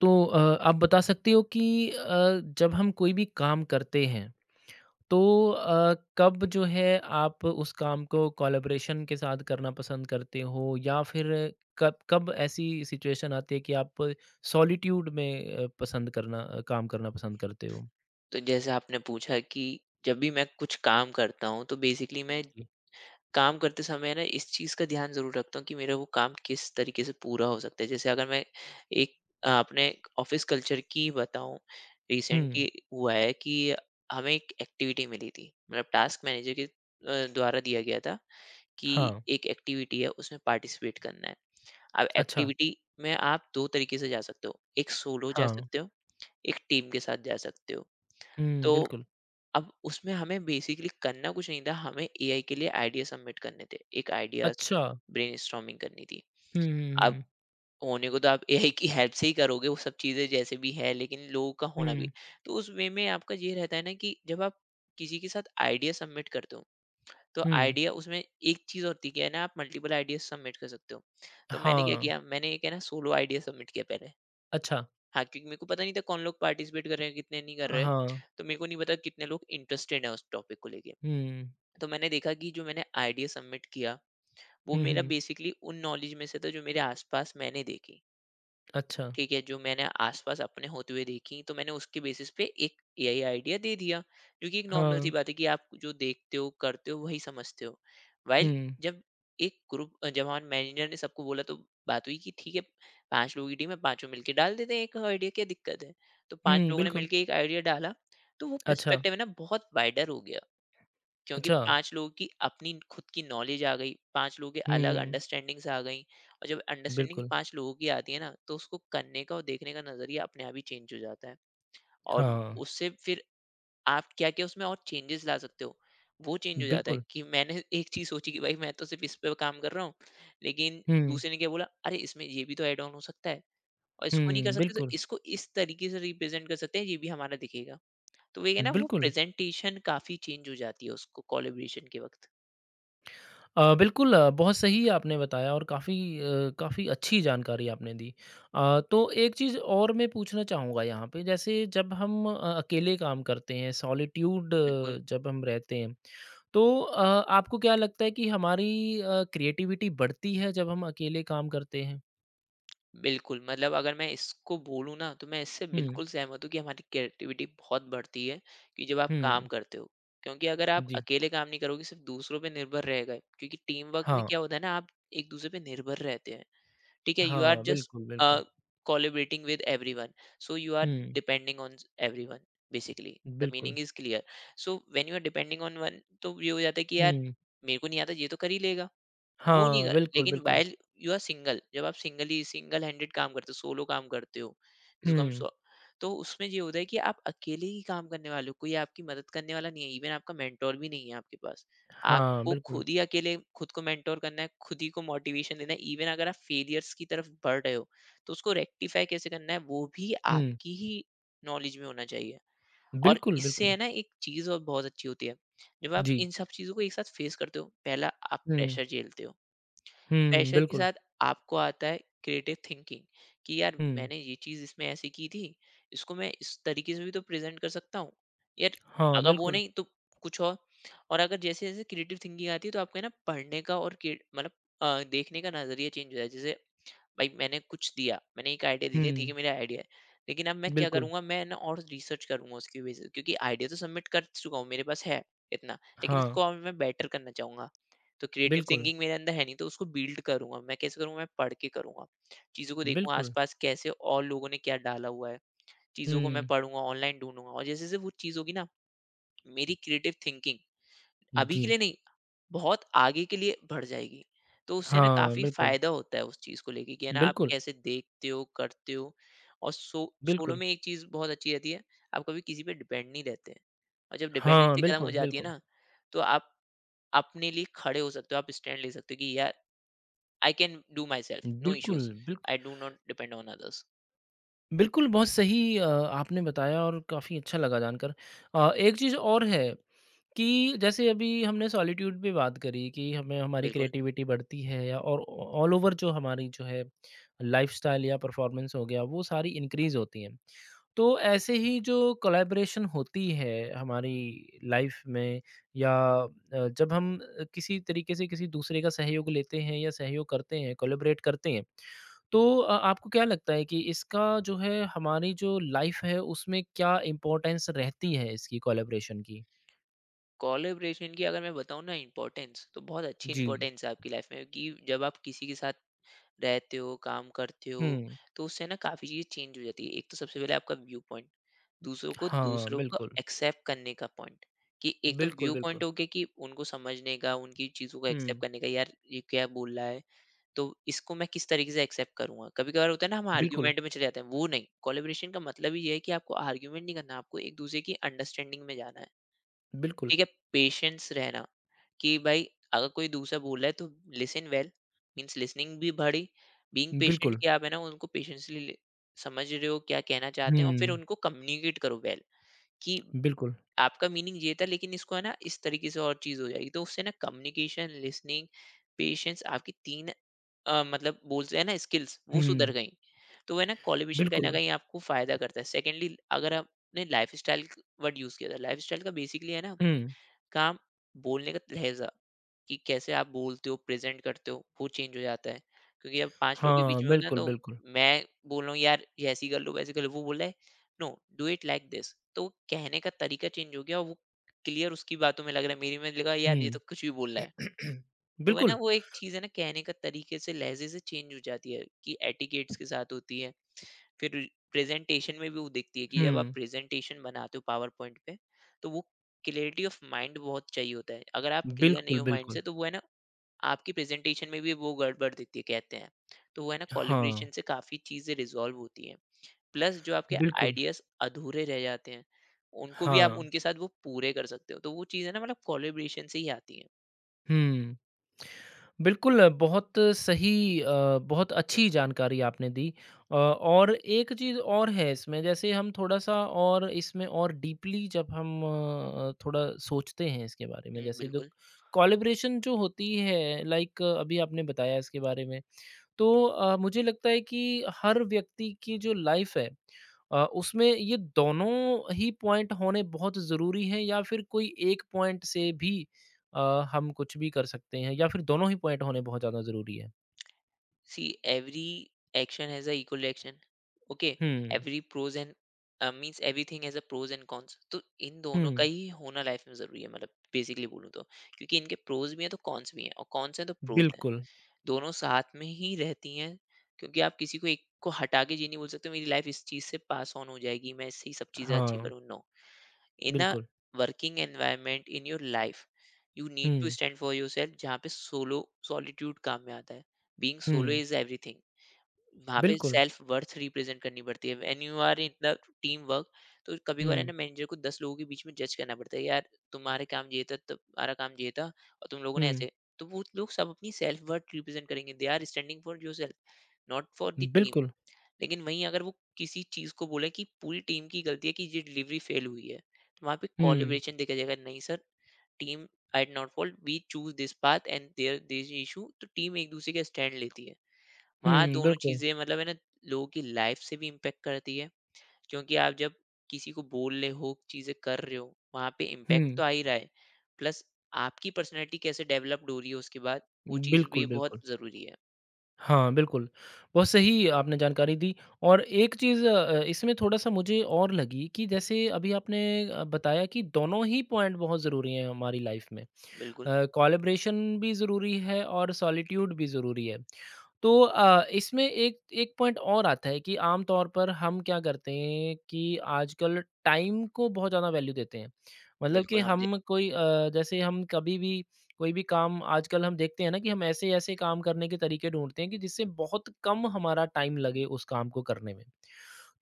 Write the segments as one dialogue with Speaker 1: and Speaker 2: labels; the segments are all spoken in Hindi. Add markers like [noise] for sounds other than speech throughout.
Speaker 1: तो आप बता सकते हो कि जब हम कोई भी काम करते हैं तो कब जो है आप उस काम को कोलैबोरेशन के साथ करना पसंद करते हो या फिर कब कब ऐसी सिचुएशन आती है कि आप सॉलिट्यूड में काम करना पसंद करते हो?
Speaker 2: तो जैसे आपने पूछा कि जब भी मैं कुछ काम करता हूँ तो बेसिकली मैं
Speaker 1: जी।
Speaker 2: काम करते समय ना इस चीज़ का ध्यान ज़रूर रखता हूँ कि मेरा वो काम किस तरीके से पूरा हो सकता है। जैसे अगर मैं एक अपने ऑफिस कल्चर की बताऊँ,
Speaker 1: हुँ,
Speaker 2: रिसेंटली हुआ है कि हमें एक एक्टिविटी मिली थी। मतलब टास्क मैनेजर के द्वारा दिया गया था कि
Speaker 1: हाँ,
Speaker 2: एक एक्टिविटी है, उसमें पार्टिसिपेट करना है। अब
Speaker 1: अच्छा,
Speaker 2: एक्टिविटी में आप दो तरीके से जा सकते हो, एक सोलो जा
Speaker 1: हाँ,
Speaker 2: सकते हो, एक टीम के साथ जा सकते हो।
Speaker 1: हुँ,
Speaker 2: तो
Speaker 1: बिल्कुल,
Speaker 2: अब उसमें हमें बेसिकली करना कुछ नहीं था, हमें एआई के लिए आइडिया सबमिट करने थे। एक आइडियाज़
Speaker 1: अच्छा,
Speaker 2: ब्रेनस्टॉर्मिंग करनी थी।
Speaker 1: हुँ, हुँ,
Speaker 2: अब
Speaker 1: हुँ,
Speaker 2: होने को तो आप एआई की हेल्प से ही करोगे वो सब चीज़ें जैसे भी है, लेकिन लोगों का होना भी।
Speaker 1: हुँ,
Speaker 2: तो उस वे में आपका ये रहता है ना कि जब आप किसी के साथ आइडिया सबमिट करते हो, तो
Speaker 1: हुँ,
Speaker 2: आइडिया उसमें एक चीज़ होती है क्या है ना, आप मल्टीपल आइडियाज़ सबमिट कर सकते हो। तो मैंने क्या
Speaker 1: हाँ,
Speaker 2: किया, मैंने एक है ना सोलो आइडिया सबमिट किया पहले।
Speaker 1: अच्छा,
Speaker 2: हाँ, क्योंकि मेरे को पता नहीं था कौन लोग पार्टिसिपेट कर रहे हैं, कितने नहीं कर रहे हैं।
Speaker 1: हाँ,
Speaker 2: तो मेरे को नहीं पता कितने लोग इंटरेस्टेड हैं उस टॉपिक को लेके।
Speaker 1: हुँ,
Speaker 2: तो मैंने देखा कि जो मैंने आइडिया सबमिट किया, वो
Speaker 1: हुँ,
Speaker 2: मेरा
Speaker 1: हुँ,
Speaker 2: बेसिकली उन नॉलेज में से था जो मेरे आसपास मैंने देखी।
Speaker 1: अच्छा,
Speaker 2: ठीक है, जो मैंने आसपास अपने होते हुए देखी, तो मैंने उसके बेसिस पे एक एआई आइडिया दे दिया, जो कि एक नॉर्मल सी
Speaker 1: हाँ।
Speaker 2: बात है कि आप जो देखते हो करते हो वही समझते हो। वाइल
Speaker 1: हुँ।
Speaker 2: जब एक ग्रुप जब हमारे मैनेजर ने सबको बोला, तो बात हुई कि ठीक है, 5 लोगों की टीम है, पांचों मिलके डाल देते हैं एक आइडिया, क्या दिक्कत है। तो पांच
Speaker 1: हुँ,
Speaker 2: लोगों ने
Speaker 1: बिल्कुल।
Speaker 2: मिलके एक आइडिया डाला। तो वो
Speaker 1: अच्छा,
Speaker 2: पर्सपेक्टिव है ना बहुत वाइडर हो गया, क्योंकि
Speaker 1: अच्छा।
Speaker 2: 5 लोगों की अपनी खुद की नॉलेज आ गई, 5 लोगों की अलग
Speaker 1: हुँ,
Speaker 2: अंडरस्टैंडिंग्स आ गई। और जब अंडरस्टैंडिंग
Speaker 1: बिल्कुल।
Speaker 2: 5 लोगों की आती है ना, तो उसको करने का और देखने का नज़रिया अपने आप ही चेंज हो जाता है। और
Speaker 1: हाँ,
Speaker 2: उससे फिर आप क्या-क्या उसमें और चेंजेस ला सकते हो, वो चेंज हो जाता है।
Speaker 1: बिल्कुल।
Speaker 2: कि मैंने [laughs] एक चीज़ सोची कि भाई मैं तो सिर्फ़ इस पे काम कर रहा हूँ, लेकिन
Speaker 1: हुँ,
Speaker 2: दूसरे ने क्या बोला, "अरे! इसमें ये भी तो ऐड ऑन हो सकता है, और इसको नहीं कर
Speaker 1: हुँ,
Speaker 2: सकते तो
Speaker 1: बिल्कुल,
Speaker 2: इसको इस तरीके से रिप्रेज़ेंट कर सकते हैं, ये भी हमारा दिखेगा।" तो वही है ना, वो
Speaker 1: बिल्कुल।
Speaker 2: प्रेज़ेंटेशन काफ़ी चेंज हो जाती है उसको कोलैबोरेशन के वक़्त।
Speaker 1: बिल्कुल बहुत सही आपने बताया और काफ़ी काफ़ी अच्छी जानकारी आपने दी। तो एक चीज़ और मैं पूछना चाहूँगा यहाँ पे जैसे जब हम अकेले काम करते हैं, सॉलिट्यूड
Speaker 2: बिल्कुल,
Speaker 1: जब हम रहते हैं, तो आपको क्या लगता है कि हमारी क्रिएटिविटी बढ़ती है जब हम अकेले काम करते हैं?
Speaker 2: बिल्कुल। मतलब अगर मैं इसको बोलूँ ना, तो मैं इससे
Speaker 1: हुँ,
Speaker 2: बिल्कुल सहमत हूँ कि हमारी क्रिएटिविटी बहुत बढ़ती है कि जब आप काम
Speaker 1: हुँ।
Speaker 2: करते हो। क्योंकि अगर आप
Speaker 1: जी,
Speaker 2: अकेले काम नहीं करोगे, सिर्फ़ दूसरों पे निर्भर रह गए, क्योंकि टीम वर्क में
Speaker 1: हाँ।
Speaker 2: क्या होता है ना, आप एक-दूसरे पे निर्भर रहते हैं। ठीक है? यू आर
Speaker 1: हाँ,
Speaker 2: जस्ट
Speaker 1: बिल्कुल,
Speaker 2: अ,
Speaker 1: बिल्कुल।
Speaker 2: Collaborating with everyone. So you are
Speaker 1: hmm,
Speaker 2: depending on everyone basically. The
Speaker 1: बिल्कुल।
Speaker 2: Meaning is clear. So when you are depending on one, तो ये हो जाता है कि यार
Speaker 1: हुँ,
Speaker 2: मेरे को नहीं आता, ये तो कर ही लेगा। वो नहीं
Speaker 1: हाँ,
Speaker 2: कर,
Speaker 1: बिल्कुल,
Speaker 2: लेकिन
Speaker 1: बिल्कुल।
Speaker 2: वाइल यू आर सिंगल, जब आप सिंगली सिंगल हैंडेड काम करते हो, सोलो काम करते हो, जिसको हम
Speaker 1: हुँ,
Speaker 2: सो, तो उसमें ये होता है कि आप अकेले ही काम करने वाले हो, कोई आपकी मदद करने वाला नहीं है, इवन आपका मेंटोर भी नहीं है आपके पास।
Speaker 1: हाँ,
Speaker 2: आपको
Speaker 1: बिल्कुल।
Speaker 2: खुद ही अकेले खुद को मेंटोर करना है, खुद ही को मोटिवेशन देना है। इवन अगर आप फेलियर्स की तरफ बढ़ रहे हो, तो उसको रेक्टिफाई कैसे करना है वो भी
Speaker 1: हुँ,
Speaker 2: आपकी ही नॉलेज में होना चाहिए। और
Speaker 1: बिल्कुल,
Speaker 2: इससे है
Speaker 1: बिल्कुल।
Speaker 2: ना एक चीज और बहुत अच्छी होती है, जब आप
Speaker 1: जी।
Speaker 2: इन सब चीजों को एक साथ फेस करते हो, पहला आप
Speaker 1: हुँ,
Speaker 2: प्रेशर झेलते हो।
Speaker 1: हुँ,
Speaker 2: प्रेशर के
Speaker 1: बिल्कुल।
Speaker 2: साथ आपको आता है क्रिएटिव थिंकिंग, कि यार
Speaker 1: हुँ,
Speaker 2: मैंने ये चीज इसमें ऐसी की थी, इसको मैं इस तरीके से भी तो प्रेजेंट कर सकता हूँ, यार
Speaker 1: हाँ,
Speaker 2: अगर वो
Speaker 1: बिल्कुल।
Speaker 2: नहीं तो कुछ और। और अगर, जैसे जैसे क्रिएटिव थिंकिंग आती है, तो आपका है ना पढ़ने का और मतलब देखने का नजरिया चेंज हो जाता है। जैसे भाई मैंने कुछ दिया, मैंने एक आइडिया दे दिया, ठीक
Speaker 1: हुँ,
Speaker 2: है मेरा आइडिया है, लेकिन अब मैं क्या
Speaker 1: बिल्कुल।
Speaker 2: करूंगा, मैं ना और रिसर्च करूंगा उसकी वजह से, क्योंकि आइडिया तो सबमिट कर चुका हूँ, मेरे पास है इतना, लेकिन
Speaker 1: हाँ,
Speaker 2: इसको और मैं बेटर करना चाहूंगा। तो क्रिएटिव
Speaker 1: बिल्कुल,
Speaker 2: थिंकिंग मेरे अंदर है नहीं, तो उसको बिल्ड करूंगा। मैं कैसे करूंगा? मैं पढ़ के करूंगा, चीज़ों को देखूंगा
Speaker 1: बिल्कुल।
Speaker 2: आसपास कैसे और लोगों ने क्या डाला हुआ है, चीज़ों को मैं
Speaker 1: हुँ,
Speaker 2: पढ़ूंगा ऑनलाइन, ढूंढूंगा। और जैसे जैसे वो चीज़ होगी ना, मेरी क्रिएटिव थिंकिंग अभी के
Speaker 1: जी।
Speaker 2: लिए नहीं, बहुत आगे के लिए बढ़ जाएगी। तो उससे ना
Speaker 1: हाँ,
Speaker 2: काफ़ी
Speaker 1: बिल्कुल,
Speaker 2: फ़ायदा होता है उस चीज़ को लेके कि है ना आप
Speaker 1: बिल्कुल,
Speaker 2: कैसे देखते हो, करते हो। और सो सोलो
Speaker 1: बिल्कुल।
Speaker 2: में एक चीज़ बहुत अच्छी रहती है, आप कभी किसी पे डिपेंड नहीं रहते हैं। और जब
Speaker 1: हाँ,
Speaker 2: डिपेंडेंसी खत्म हो
Speaker 1: बिल्कुल,
Speaker 2: जाती है
Speaker 1: बिल्कुल।
Speaker 2: ना, तो आप अपने लिए खड़े हो सकते हो, आप स्टैंड ले सकते हो कि यार I can do myself, no
Speaker 1: बिल्कुल,
Speaker 2: इश्यूज़,
Speaker 1: बिल्क
Speaker 2: I do not depend on others.
Speaker 1: बिल्कुल, बहुत सही आपने बताया और काफ़ी अच्छा लगा जानकर। एक चीज़ और है कि जैसे अभी हमने सॉलिट्यूड पे बात करी कि हमें हमारी
Speaker 2: बिल्कुल।
Speaker 1: क्रिएटिविटी बढ़ती है या और ऑल ओवर जो हमारी जो है लाइफ़स्टाइल या परफ़ॉर्मेंस हो गया, वो सारी इंक्रीज़ होती हैं। तो ऐसे ही जो कोलैबोरेशन होती है हमारी लाइफ में या जब हम किसी तरीके से किसी दूसरे का सहयोग लेते हैं या सहयोग करते हैं कोलैबोरेट करते हैं तो आपको क्या लगता है कि इसका जो है हमारी जो लाइफ है उसमें क्या इम्पोर्टेंस रहती है इसकी कोलैबोरेशन की?
Speaker 2: कोलैबोरेशन की अगर मैं बताऊँ ना इम्पोर्टेंस, तो बहुत अच्छी
Speaker 1: जी।
Speaker 2: इम्पोर्टेंस है आपकी लाइफ़ में कि जब आप किसी के साथ रहते हो, काम करते हो,
Speaker 1: हुँ।
Speaker 2: तो उससे ना काफ़ी चीज़ें चेंज हो जाती है। एक तो सबसे पहले आपका व्यू पॉइंट, दूसरों को
Speaker 1: हाँ,
Speaker 2: दूसरों को
Speaker 1: बिल्कुल।
Speaker 2: एक्सेप्ट करने का पॉइंट। कि एक तो
Speaker 1: बिल्कुल,
Speaker 2: व्यू पॉइंट
Speaker 1: बिल्कुल।
Speaker 2: हो गया कि उनको समझने का, उनकी चीज़ों को एक्सेप्ट
Speaker 1: हुँ।
Speaker 2: करने का, यार ये क्या बोल रहा है, तो इसको मैं किस तरीके से एक्सेप्ट करूँगा। कभी-कभार होता है ना हम
Speaker 1: बिल्कुल,
Speaker 2: आर्ग्यूमेंट में चले जाते हैं, वो नहीं, कोलैबोरेशन का मतलब ही ये है कि आपको आर्ग्यूमेंट नहीं करना, आपको एक-दूसरे की अंडरस्टैंडिंग में जाना है।
Speaker 1: बिल्कुल,
Speaker 2: ठीक है? पेशेंस रहना कि भाई अगर कोई दूसरा बोल रहा है तो लिसन वेल, मीन्स लिसनिंग भी बड़ी, बीइंग पेशेंट
Speaker 1: बिल्कुल।
Speaker 2: कि आप है ना उनको पेशेंसली समझ रहे हो क्या कहना चाहते हैं, और फिर
Speaker 1: हुँ,
Speaker 2: उनको कम्युनिकेट करो वेल कि
Speaker 1: बिल्कुल।
Speaker 2: आपका मीनिंग ये था, लेकिन इसको है ना इस तरीके से और चीज़ हो जाएगी। तो उससे ना कम्युनिकेशन, लिसनिंग, पेशेंस, आपकी तीन मतलब बोलते हैं ना स्किल्स, वो सुधर
Speaker 1: हुँ,
Speaker 2: गई। तो वो है ना कॉलिबिशन कहीं ना
Speaker 1: बिल्कुल।
Speaker 2: कहीं आपको फायदा करता है। सेकेंडली, अगर आपने लाइफ स्टाइल वर्ड यूज किया था, लाइफ स्टाइल का बेसिकली है ना
Speaker 1: हुँ।
Speaker 2: काम, बोलने का लहजा कि कैसे आप बोलते हो, प्रेजेंट करते हो, वो चेंज हो जाता है। क्योंकि अब 5 लोगों के बीच
Speaker 1: हाँ,
Speaker 2: में होता है ना,
Speaker 1: बिल्कुल,
Speaker 2: तो
Speaker 1: बिल्कुल।
Speaker 2: मैं बोल रहा हूँ यार ये ऐसी कर लो, वैसे कर लो, वो बोला है no, do it like this. तो कहने का तरीका चेंज हो गया, और वो क्लियर उसकी बातों में लग रहा है, मेरी में लगा यार ये तो
Speaker 1: हुँ।
Speaker 2: कुछ भी बोल रहा है।
Speaker 1: [clears throat]
Speaker 2: तो है ना
Speaker 1: बिल्कुल,
Speaker 2: वो एक चीज़ है ना, कहने का तरीके से, लहजे से चेंज हो जाती है कि एटिकेट्स के साथ होती है। फिर प्रेजेंटेशन में भी वो दिखती है कि जब आप
Speaker 1: हुँ,
Speaker 2: प्रेजेंटेशन बनाते हो पावर पॉइंट पे, तो वो क्लियरिटी ऑफ माइंड बहुत चाहिए होता है। अगर आप क्लियर नहीं
Speaker 1: बिल्कुल,
Speaker 2: हो माइंड
Speaker 1: बिल्कुल।
Speaker 2: से, तो वो है ना आपकी प्रेजेंटेशन में भी वो गड़बड़ दिखती है, कहते हैं। तो वो है ना
Speaker 1: हाँ,
Speaker 2: कोलिब्रेशन से काफ़ी चीज़ें रिजॉल्व होती हैं, प्लस जो आपके
Speaker 1: बिल्कुल,
Speaker 2: आइडियाज अधूरे रह जाते हैं, उनको भी आप
Speaker 1: हाँ,
Speaker 2: उनके साथ वो पूरे कर सकते हो। तो वो चीज़ है ना, मतलब कोलिब्रेशन से ही आती है।
Speaker 1: हुँ। बिल्कुल, बहुत सही बहुत अच्छी जानकारी आपने दी और एक चीज़ और है इसमें, जैसे हम थोड़ा-सा और इसमें और डीपली जब हम थोड़ा सोचते हैं इसके बारे में, जैसे जो
Speaker 2: बिल्कुल।
Speaker 1: कोलैबोरेशन जो होती है, लाइक अभी आपने बताया इसके बारे में तो मुझे लगता है कि हर व्यक्ति की जो लाइफ है उसमें ये दोनों ही पॉइंट होने बहुत ज़रूरी हैं या फिर कोई एक पॉइंट से भी अ, हम कुछ भी कर सकते हैं या फिर दोनों ही पॉइंट होने बहुत ज़्यादा ज़रूरी है।
Speaker 2: See every action has a equal reaction. Okay,
Speaker 1: hmm,
Speaker 2: every pros and means everything has a pros and cons। तो इन दोनों का
Speaker 1: हुँ,
Speaker 2: ही होना लाइफ में जरूरी है, मतलब बेसिकली बोलूँ तो, क्योंकि इनके प्रोज भी हैं तो कॉन्स भी हैं, और कॉन्स हैं तो प्रोज हैं।
Speaker 1: बिल्कुल।
Speaker 2: दोनों साथ में ही रहती हैं, क्योंकि आप किसी को, एक को हटा के ये नहीं बोल सकते मेरी लाइफ इस चीज़ से पास ऑन हो जाएगी, मैं इससे ही सब चीज़ें अचीव
Speaker 1: हाँ,
Speaker 2: करूँ, नो। इन अ
Speaker 1: बिल्कुल।
Speaker 2: Working environment in your life you need to
Speaker 1: hmm,
Speaker 2: stand for yourself, जहाँ पे सोलो, सॉलिट्यूड काम में आता है। Being solo
Speaker 1: hmm,
Speaker 2: is everything, वहाँ पे
Speaker 1: बिल्कुल।
Speaker 2: सेल्फ वर्थ रिप्रेज़ेंट करनी पड़ती है। When you are in the team work, तो कभी-कभार है ना
Speaker 1: हुँ,
Speaker 2: मैनेजर को 10 लोगों के बीच में जज करना पड़ता है, "यार तुम्हारे काम ये था, तुम्हारा काम ये था और तुम लोगों ने
Speaker 1: हुँ,
Speaker 2: ऐसे"। तो वो लोग सब अपनी सेल्फ वर्थ रिप्रेज़ेंट करेंगे। They are standing for yourself, not for the team.
Speaker 1: बिल्कुल।
Speaker 2: लेकिन वहीं अगर वो किसी चीज़ को बोले कि पूरी टीम की गलती है कि ये डिलीवरी फेल हुई है, तो वहाँ पे
Speaker 1: हुँ,
Speaker 2: कोलैबोरेशन देखा जाएगा। नहीं sir, team, I am not fault, we choose this path and there this issue तो टीम एक-दूसरे का स्टैंड लेती है। वहाँ
Speaker 1: हुँ,
Speaker 2: दोनों
Speaker 1: बिल्कुल।
Speaker 2: चीज़ें मतलब है ना, लोगों की लाइफ से भी इम्पैक्ट करती है क्योंकि आप जब किसी को बोल रहे हो चीज़ें कर रहे हो वहाँ पे इम्पैक्ट
Speaker 1: हुँ,
Speaker 2: तो आ ही रहा है, प्लस आपकी पर्सनैलिटी कैसे डेवलप्ड हो रही है उसके बाद वो चीज़
Speaker 1: बिल्कुल,
Speaker 2: भी बहुत
Speaker 1: बिल्कुल।
Speaker 2: ज़रूरी है।
Speaker 1: हाँ, बिल्कुल। बहुत सही आपने जानकारी दी और एक चीज़ इसमें थोड़ा-सा मुझे और लगी कि जैसे अभी आपने बताया कि दोनों ही पॉइंट बहुत ज़रूरी हैं हमारी लाइफ़ में।
Speaker 2: बिल्कुल
Speaker 1: कोलैबोरेशन भी ज़रूरी है और सॉलिट्यूड भी ज़रूरी है। तो इसमें एक एक पॉइंट और आता है कि आम तौर पर हम क्या करते हैं कि आजकल टाइम को बहुत ज़्यादा वैल्यू देते हैं। मतलब कि
Speaker 2: बिल्कुल हम
Speaker 1: हम कोई
Speaker 2: देखते
Speaker 1: जैसे हम कभी भी कोई भी काम आजकल हम देखते हैं ना कि हम ऐसे-ऐसे काम करने के तरीके ढूँढते हैं कि जिससे बहुत कम हमारा टाइम लगे उस काम को करने में।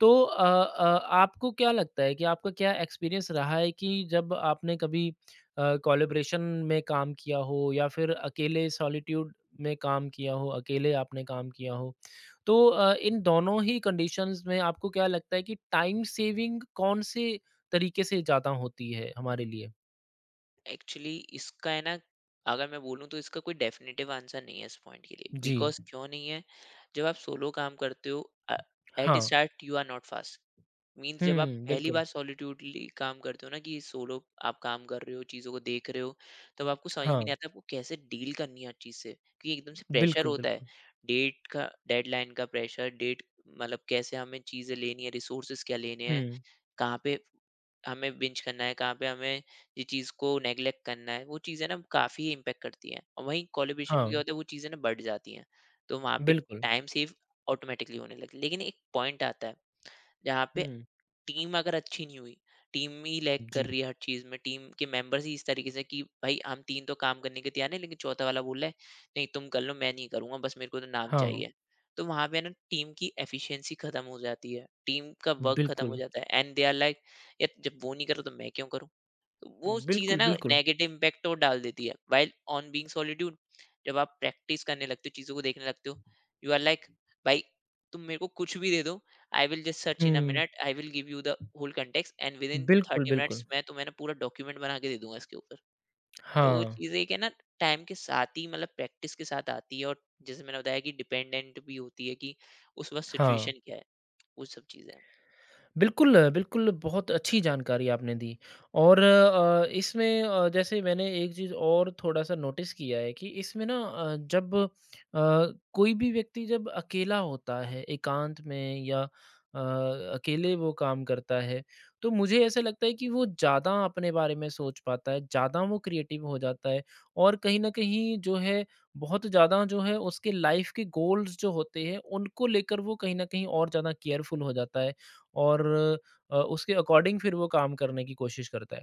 Speaker 1: तो आपको क्या लगता है कि आपका क्या एक्सपीरियंस रहा है कि जब आपने कभी कोलैबोरेशन में काम किया हो या फिर अकेले सॉलिट्यूड में काम किया हो, अकेले आपने काम किया हो। तो इन दोनों ही कंडीशंस में आपको क्या लगता है कि टाइम सेविंग कौन-से तरीके से ज़्यादा होती है हमारे लिए?
Speaker 2: हैं। एक्चुअली इसका है ना, अगर मैं बोलूँ तो इसका कोई डेफिनेटिव आंसर नहीं है इस पॉइंट के लिए।
Speaker 1: जी,
Speaker 2: बिकॉज क्यों नहीं है, जब आप सोलो काम करते हो
Speaker 1: हाँ।
Speaker 2: At start you are not fast. Means जब आप
Speaker 1: हुँ,
Speaker 2: पहली
Speaker 1: बिल्कुल।
Speaker 2: बार सॉलिट्यूडली काम करते हो ना कि सोलो आप काम कर रहे हो चीज़ों को देख रहे हो, तब आपको समझ में
Speaker 1: हाँ,
Speaker 2: नहीं आता आपको कैसे डील करनी है हर चीज़ से क्योंकि एकदम से प्रेशर
Speaker 1: बिल्कुल,
Speaker 2: होता है।
Speaker 1: बिल्कुल।
Speaker 2: डेट का, डेडलाइन का प्रेशर, डेट, मतलब कैसे हमें चीज़ें लेनी है, रिसोर्सेज क्या लेने हैं,
Speaker 1: हुँ,
Speaker 2: कहाँ पे हमें बिंज करना है, कहाँ पे हमें ये चीज़ को नेग्लेक्ट करना है, वो चीज़ें ना काफ़ी इम्पेक्ट करती हैं। और वहीं कोलिब्रेशन में
Speaker 1: हाँ,
Speaker 2: क्या होता है, वो चीज़ें ना बढ़ जाती हैं, तो वहाँ पे
Speaker 1: बिल्कुल।
Speaker 2: टाइम सेव ऑटोमेटिकली होने लगती है। लेकिन एक पॉइंट आता है जहाँ पे
Speaker 1: हुँ,
Speaker 2: टीम अगर अच्छी नहीं हुई, टीम ही लैग कर
Speaker 1: जी,
Speaker 2: रही है हर चीज़ में, टीम के मेंबर्स ही इस तरीके से कि भाई हम 3 तो काम करने के तैयार हैं, लेकिन चौथा वाला बोल रहा है, नहीं तुम कर लो मैं नहीं करूँगा, बस मेरे को तो नाम
Speaker 1: हाँ,
Speaker 2: चाहिए। तो वहाँ पे है ना टीम की एफिशिएंसी खत्म हो जाती है, टीम का वर्क खत्म हो
Speaker 1: बिल्कुल।
Speaker 2: जाता है एंड दे आर लाइक, यार जब वो नहीं कर रहा तो मैं क्यों करूँ? तो वो चीज़ है
Speaker 1: बिल्कुल,
Speaker 2: ना
Speaker 1: बिल्कुल।
Speaker 2: नेगेटिव इम्पैक्ट तो डाल देती है। वाइल ऑन बीइंग सॉलिट्यूड जब आप प्रैक्टिस करने लगते हो चीज़ों को देखने लगते हो, यू आर लाइक, भाई तुम मेरे को कुछ भी दे दो, I will just search in a
Speaker 1: hmm,
Speaker 2: minute, I will give you the whole context and within
Speaker 1: बिल्कुल,
Speaker 2: थर्टी
Speaker 1: बिल्कुल।
Speaker 2: मिनट्स मैं तुम्हें ना पूरा डॉक्यूमेंट बना के दे दूंगा इसके ऊपर। तो वो
Speaker 1: हाँ,
Speaker 2: चीज़ें एक है ना, टाइम के साथ ही मतलब प्रैक्टिस के साथ आती है। और जैसे मैंने बताया कि डिपेंडेंट भी होती है कि उस वक्त
Speaker 1: हाँ।
Speaker 2: सिचुएशन क्या है, वो सब चीज़ें।
Speaker 1: बिल्कुल, बिल्कुल, बहुत अच्छी जानकारी आपने दी और इसमें जैसे मैंने एक चीज़ और थोड़ा-सा नोटिस किया है कि इसमें ना कोई भी व्यक्ति जब अकेला होता है, एकांत में या अकेले वो काम करता है, तो मुझे ऐसा लगता है कि वो ज़्यादा अपने बारे में सोच पाता है, ज़्यादा वो क्रिएटिव हो जाता है और कहीं न कहीं जो है, बहुत ज़्यादा जो है उसके लाइफ़ के गोल्स जो होते हैं, उनको लेकर वो कहीं न कहीं और ज़्यादा केयरफुल हो जाता है। और उसके अकॉर्डिंग फिर वो काम करने की कोशिश करता है।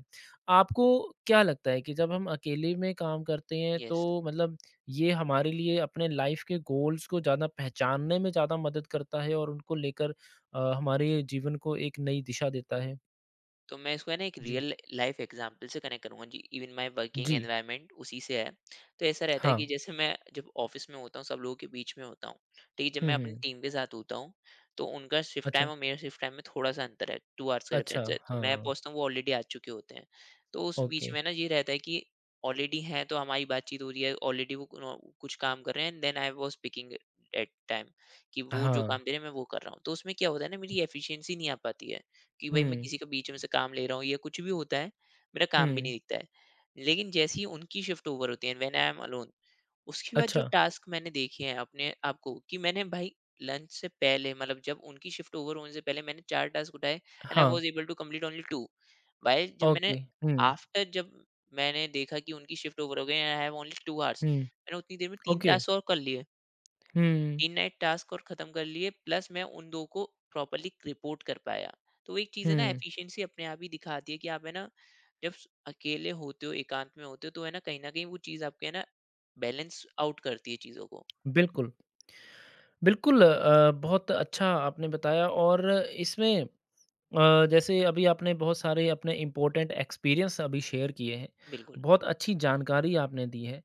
Speaker 1: आपको क्या लगता है कि जब हम अकेले में काम करते हैं तो
Speaker 2: यस।
Speaker 1: मतलब ये हमारे लिए अपने लाइफ के गोल्स को ज़्यादा पहचानने में ज़्यादा मदद करता है और उनको लेकर हमारे जीवन को एक नई दिशा देता है?
Speaker 2: तो मैं इसको है ना एक
Speaker 1: जी।
Speaker 2: रियल लाइफ एग्जांपल से कनेक्ट करूंगा। जी इवन माय वर्किंग
Speaker 1: जी,
Speaker 2: एनवायरनमेंट उसी से है। तो ऐसा रहता है कि
Speaker 1: हाँ।
Speaker 2: जैसे मैं जब ऑफिस में होता हूँ सब लोगों के बीच में होता हूँ, ठीक है, जब मैं
Speaker 1: हुँ,
Speaker 2: अपनी
Speaker 1: हुँ।
Speaker 2: टीम के साथ होता हूँ, तो उनका शिफ्ट
Speaker 1: अच्छा,
Speaker 2: टाइम और मेरा शिफ्ट टाइम में थोड़ा सा अंतर है, 2 आवर्स का
Speaker 1: अच्छा,
Speaker 2: डिफरेंस है। तो
Speaker 1: हाँ,
Speaker 2: मैं पहुंचता हूँ वो ऑलरेडी आ चुके होते हैं। तो उस बीच
Speaker 1: ओके,
Speaker 2: में ना ये रहता है कि ऑलरेडी हैं तो हमारी बातचीत हो रही है, ऑलरेडी वो कुछ काम कर रहे हैं and then I was picking at time कि वो जो
Speaker 1: हाँ,
Speaker 2: काम दे रहे हैं मैं वो कर रहा हूँ। तो उसमें क्या होता है ना मेरी एफिशिएंसी नहीं आ पाती है कि भाई मैं
Speaker 1: हुँ,
Speaker 2: किसी के बीच में से काम ले रहा हूँ, या कुछ भी होता है, मेरा काम भी नहीं
Speaker 1: हुँ,
Speaker 2: दिखता है। लेकिन जैसे ही उनकी शिफ्ट ओवर होती है, व्हेन आई एम अलोन, उसके बाद जो
Speaker 1: अच्छा,
Speaker 2: टास्क मैंने देखे हैं अपने आप को, कि मैंने भाई लंच से पहले मतलब जब उनकी शिफ्ट ओवर होने से पहले मैंने 4 टास्क उठाए एंड आई
Speaker 1: हाँ,
Speaker 2: was able to complete only two. भाई जब मैंने,
Speaker 1: ओके, हुँ,
Speaker 2: आफ्टर जब मैंने देखा कि उनकी शिफ्ट ओवर हो गई, आई हैव ओनली 2 आवर्स,
Speaker 1: हुँ,
Speaker 2: मैंने उतनी देर में तीन
Speaker 1: ओके,
Speaker 2: टास्क और कर लिए,
Speaker 1: हुँ,
Speaker 2: दिन नाइट टास्क और खत्म कर लिए, प्लस मैं उन 2 को प्रॉपर्ली रिपोर्ट कर पाया। तो एक चीज़ है ना
Speaker 1: हुँ,
Speaker 2: एफिशिएंसी अपने आप ही दिखाती है कि आप है ना जब स अकेले होते हो, एकांत में होते हो, तो है ना कहीं न कहीं वो चीज़ आपके है ना बैलेंस आउट करती है चीज़ों को।
Speaker 1: बिल्कुल। बिल्कुल बहुत अच्छा आपने बताया और इसमें जैसे अभी आपने बहुत सारे अपने इम्पोर्टेंट एक्सपीरियंस अभी शेयर किए हैं।
Speaker 2: बिल्कुल।
Speaker 1: बहुत अच्छी जानकारी आपने दी है।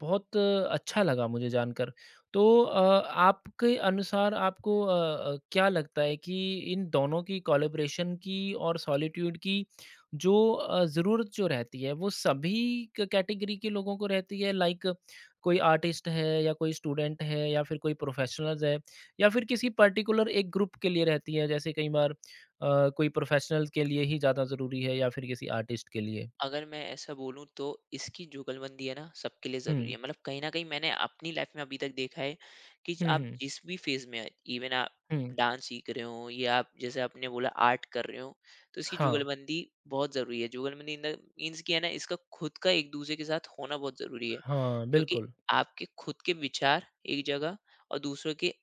Speaker 1: बहुत अच्छा लगा मुझे जानकर। तो आपके अनुसार आपको क्या लगता है कि इन दोनों की कोलैबोरेशन की और सॉलिट्यूड की जो ज़रूरत जो रहती है वो सभी क कैटेगरी के लोगों को रहती है? लाइक कोई आर्टिस्ट है या कोई स्टूडेंट है या फिर कोई प्रोफ़ेशनल्स है या फिर किसी पर्टिकुलर एक ग्रुप के लिए रहती है? जैसे कई बार कोई प्रोफेशनल के लिए ही ज़्यादा ज़रूरी है या फिर किसी आर्टिस्ट के लिए?
Speaker 2: अगर मैं ऐसा बोलूँ तो इसकी जुगलबंदी है ना सबके लिए ज़रूरी
Speaker 1: हुँ।
Speaker 2: है। मतलब कहीं न कहीं मैंने अपनी लाइफ़ में अभी तक देखा है कि
Speaker 1: हुँ,
Speaker 2: आप
Speaker 1: हुँ,
Speaker 2: जिस भी फ़ेज़ में हैं, इवन आप
Speaker 1: हुँ।
Speaker 2: डांस सीख रहे हो या आप जैसे आपने बोला आर्ट कर रहे हो, तो इसकी
Speaker 1: हाँ,
Speaker 2: जुगलबंदी बहुत ज़रूरी है। जुगलबंदी इन द मीन्स कि है ना, इसका खुद का एक-दूसरे के साथ होना बहुत ज़रूरी है।
Speaker 1: हाँ,
Speaker 2: क्योंकि
Speaker 1: बिल्कुल,
Speaker 2: आपके खुद के विचार एक जगह और दूसरों के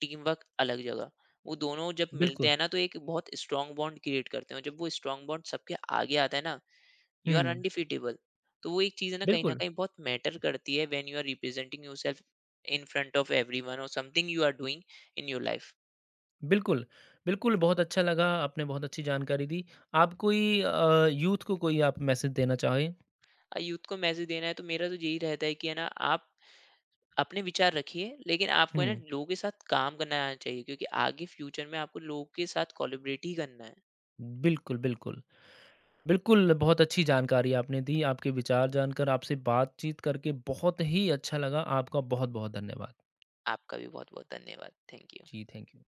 Speaker 2: टीम वर्क अलग जगह। वो दोनों जब मिलते
Speaker 1: बिल्कुल।
Speaker 2: हैं ना तो एक बहुत स्ट्रॉन्ग बॉन्ड क्रिएट करते हैं, और जब वो स्ट्रॉन्ग बॉन्ड सबके आगे आता है ना, यू आर
Speaker 1: हुँ।
Speaker 2: अनडिफिटेबल। तो वो एक चीज़ है ना
Speaker 1: बिल्कुल,
Speaker 2: कहीं बहुत मैटर करती है, when you are representing yourself in front of everyone और something you are doing in your life.
Speaker 1: बिल्कुल, बिल्कुल, बहुत अच्छा लगा, आपने बहुत अच्छी जानकारी दी। आप कोई यूथ को कोई आप मैसेज देना चाहें?
Speaker 2: यूथ को मैसेज देना है तो मेरा तो यही रहता है कि है ना आप अपने विचार रखिए, लेकिन आपको है ना
Speaker 1: हुँ।
Speaker 2: लोगों के साथ काम करना आना चाहिए, क्योंकि आगे फ्यूचर में आपको लोगों के साथ कोलिब्रेट ही करना है।
Speaker 1: बिल्कुल, बिल्कुल। बिल्कुल, बहुत अच्छी जानकारी आपने दी, आपके विचार जानकर, आपसे बातचीत करके बहुत ही अच्छा लगा। आपका बहुत-बहुत धन्यवाद।
Speaker 2: आपका भी बहुत बहुत धन्यवाद। Thank you.
Speaker 1: जी, थैंक यू।